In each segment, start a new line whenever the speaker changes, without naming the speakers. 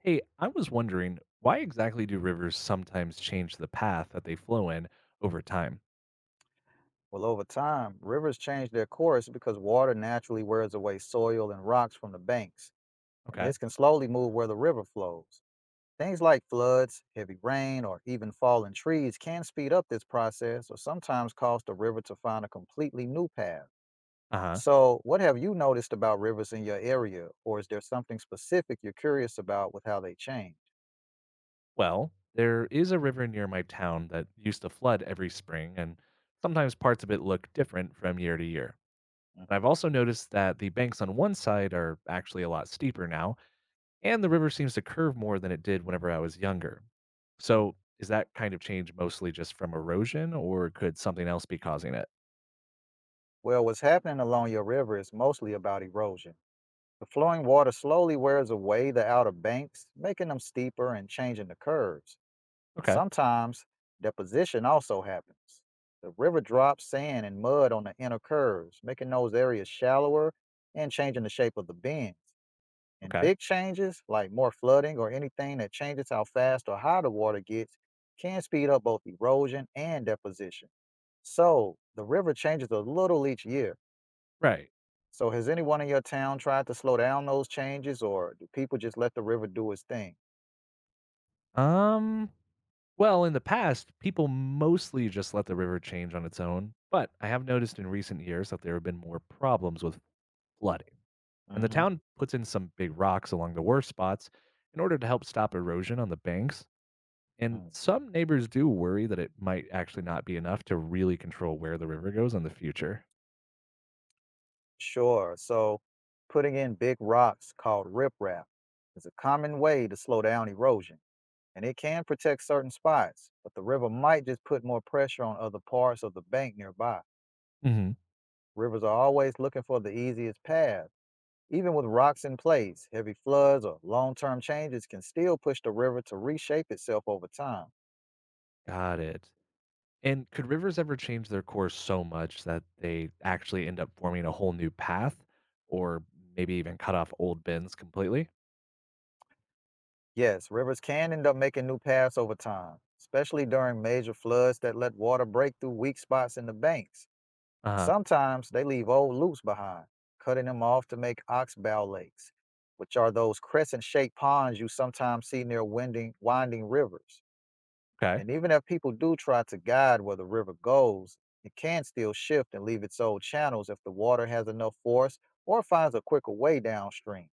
Hey, I was wondering why exactly do rivers sometimes change the path that they flow in over time?
Well, over time, rivers change their course because water naturally wears away soil and rocks from the banks, and
Okay.
this can slowly move where the river flows. Things like floods, heavy rain, or even fallen trees can speed up this process or sometimes cause the river to find a completely new path.
Uh huh.
So, what have you noticed about rivers in your area, or is there something specific you're curious about with how they change?
Well, there is a river near my town that used to flood every spring, and sometimes parts of it look different from year to year. And
Mhm.
I've also noticed that the banks on one side are actually a lot steeper now, and the river seems to curve more than it did whenever I was younger.
mm
So, is that kind of change mostly just from erosion, or could something else be causing it?
Well, what's happening along your river is mostly about erosion. The flowing water slowly wears away the outer banks, making them steeper and changing the curves.
Okay.
Sometimes deposition also happens. The river drops sand and mud on the inner curves, making those areas shallower and changing the shape of the bends. And
Okay.
big changes, like more flooding or anything that changes how fast or high the water gets, can speed up both erosion and deposition. So the river changes a little each year,
Right.
so has anyone in your town tried to slow down those changes, or do people just let the river do its thing?
Um. Well, in the past, people mostly just let the river change on its own, but I have noticed in recent years that there have been more problems with flooding. And the
hmm
town puts in some big rocks along the worst spots in order to help stop erosion on the banks. And
Mm.
some neighbors do worry that it might actually not be enough to really control where the river goes in the future.
Sure. So putting in big rocks called riprap is a common way to slow down erosion, and it can protect certain spots, but the river might just put more pressure on other parts of the bank nearby.
Hmm.
Rivers are always looking for the easiest path. Even with rocks in place, heavy floods or long term changes can still push the river to reshape itself over time.
Got it. And could rivers ever change their course so much that they actually end up forming a whole new path or maybe even cut off old bends completely?
Yes, rivers can end up making new paths over time, especially during major floods that let water break through weak spots in the banks.
Uh huh.
Sometimes they leave old loops behind, cutting them off to make oxbow lakes, which are those crescent shaped ponds you sometimes see near winding, winding rivers.
Okay.
And even if people do try to guide where the river goes, it can still shift and leave its old channels if the water has enough force or finds a quicker way downstream.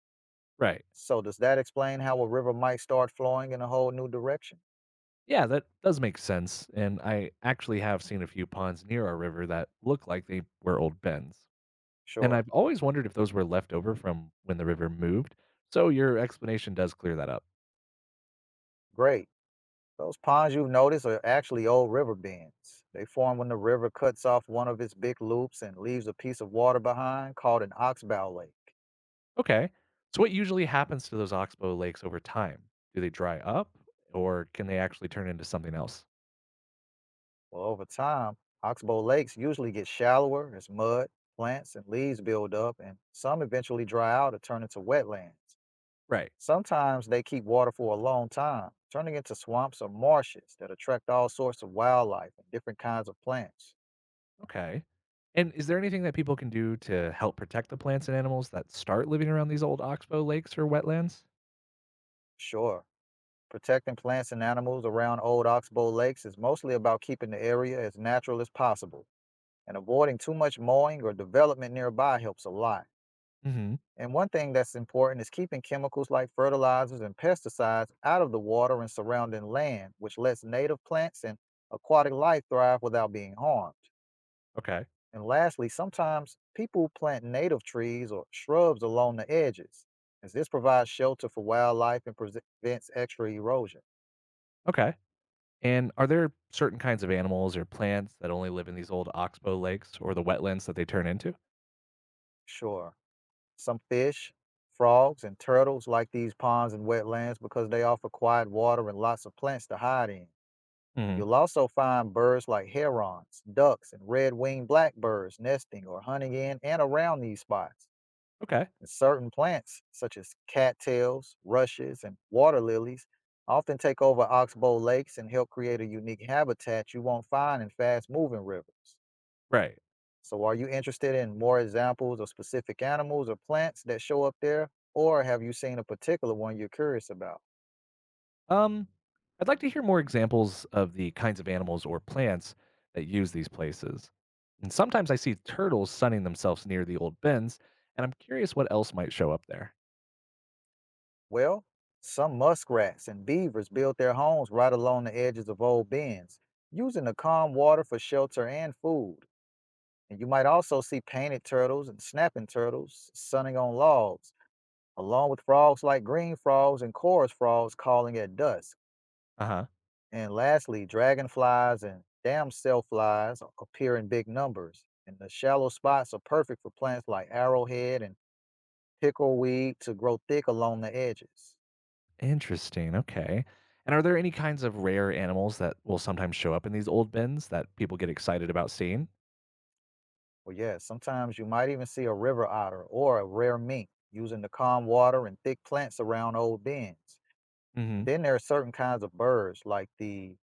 Right.
So does that explain how a river might start flowing in a whole new direction?
Yeah, that does make sense. And I actually have seen a few ponds near our river that look like they were old bends. And
Sure.
I've always wondered if those were left over from when the river moved. So your explanation does clear that up.
Great. Those ponds you've noticed are actually old river bends. They form when the river cuts off one of its big loops and leaves a piece of water behind called an oxbow lake.
Okay. So what usually happens to those oxbow lakes over time? Do they dry up or can they actually turn into something else?
Well, over time, oxbow lakes usually get shallower as mud, plants, and leaves build up, and some eventually dry out or turn into wetlands.
Right.
Sometimes they keep water for a long time, turning into swamps or marshes that attract all sorts of wildlife and different kinds of plants.
Okay. And is there anything that people can do to help protect the plants and animals that start living around these old oxbow lakes or wetlands?
Sure, protecting plants and animals around old oxbow lakes is mostly about keeping the area as natural as possible, and avoiding too much mowing or development nearby helps a lot.
Mhm.
And one thing that's important is keeping chemicals like fertilizers and pesticides out of the water and surrounding land, which lets native plants and aquatic life thrive without being harmed.
Okay.
And lastly, sometimes people plant native trees or shrubs along the edges, as this provides shelter for wildlife and prevents extra erosion.
Okay. And are there certain kinds of animals or plants that only live in these old oxbow lakes or the wetlands that they turn into?
Sure, some fish, frogs, and turtles like these ponds and wetlands because they offer quiet water and lots of plants to hide in. And
Hmm.
you'll also find birds like herons, ducks, and red winged blackbirds nesting or hunting in and around these spots.
Okay.
And certain plants, such as cattails, rushes, and water lilies, often take over oxbow lakes and help create a unique habitat you won't find in fast moving rivers.
Right.
So, are you interested in more examples of specific animals or plants that show up there, or have you seen a particular one you're curious about?
Um, I'd like to hear more examples of the kinds of animals or plants that use these places. And sometimes I see turtles sunning themselves near the old bins, and I'm curious what else might show up there.
Well, some muskrats and beavers build their homes right along the edges of old bends, using the calm water for shelter and food. And you might also see painted turtles and snapping turtles sunning on logs, along with frogs like green frogs and chorus frogs calling at dusk.
Uh huh.
And lastly, dragonflies and damselflies flies appear in big numbers. And the shallow spots are perfect for plants like arrowhead and pickleweed to grow thick along the edges.
Interesting. Okay. And are there any kinds of rare animals that will sometimes show up in these old bins that people get excited about seeing?
Well, yeah, sometimes you might even see a river otter or a rare mink using the calm water and thick plants around old bends. And
Hmm.
then there are certain kinds of birds like the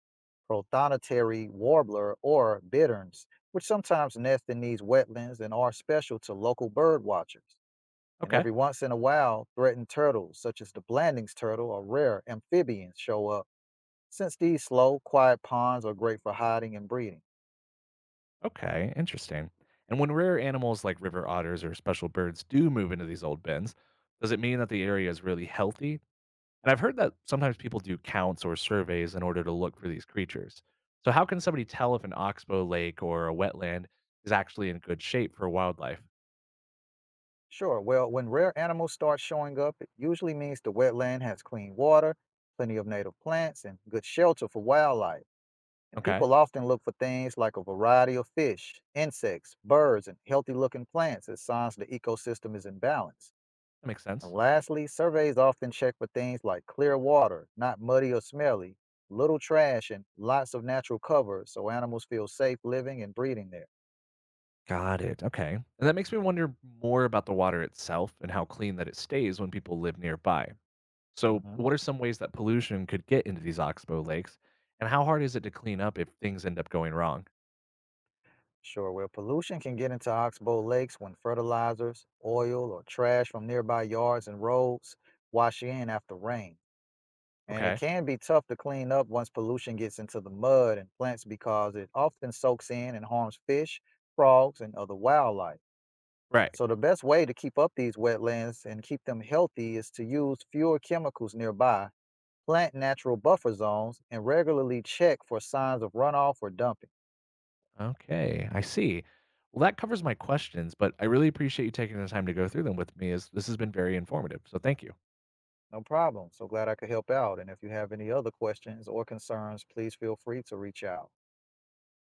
prothonotary warbler or bitterns, which sometimes nest in these wetlands and are special to local bird watchers. And
Okay.
every once in a while, threatened turtles, such as the Blandings turtle or rare amphibians, show up, since these slow, quiet ponds are great for hiding and breeding.
Okay. Interesting. And when rare animals like river otters or special birds do move into these old bins, does it mean that the area is really healthy? And I've heard that sometimes people do counts or surveys in order to look for these creatures. So, how can somebody tell if an oxbow lake or a wetland is actually in good shape for wildlife?
Sure, well, when rare animals start showing up, it usually means the wetland has clean water, plenty of native plants, and good shelter for wildlife. And
Okay.
people often look for things like a variety of fish, insects, birds, and healthy looking plants as signs the ecosystem is in balance.
That makes
And
sense.
lastly, surveys often check for things like clear water, not muddy or smelly, little trash, and lots of natural cover so animals feel safe living and breeding there.
Got it. Okay. And that makes me wonder more about the water itself and how clean that it stays when people live nearby. So,
Mhm.
what are some ways that pollution could get into these oxbow lakes? And how hard is it to clean up if things end up going wrong?
Sure, where pollution can get into oxbow lakes when fertilizers, oil, or trash from nearby yards and roads wash in after rain. And it
Okay.
can be tough to clean up once pollution gets into the mud and plants because it often soaks in and harms fish, frogs, and other wildlife.
Right.
So, the best way to keep up these wetlands and keep them healthy is to use fewer chemicals nearby, plant natural buffer zones, and regularly check for signs of runoff or dumping.
Okay. I see. Well, that covers my questions, but I really appreciate you taking the time to go through them with me as this has been very informative. So, thank you.
No problem. So glad I could help out. And if you have any other questions or concerns, please feel free to reach out.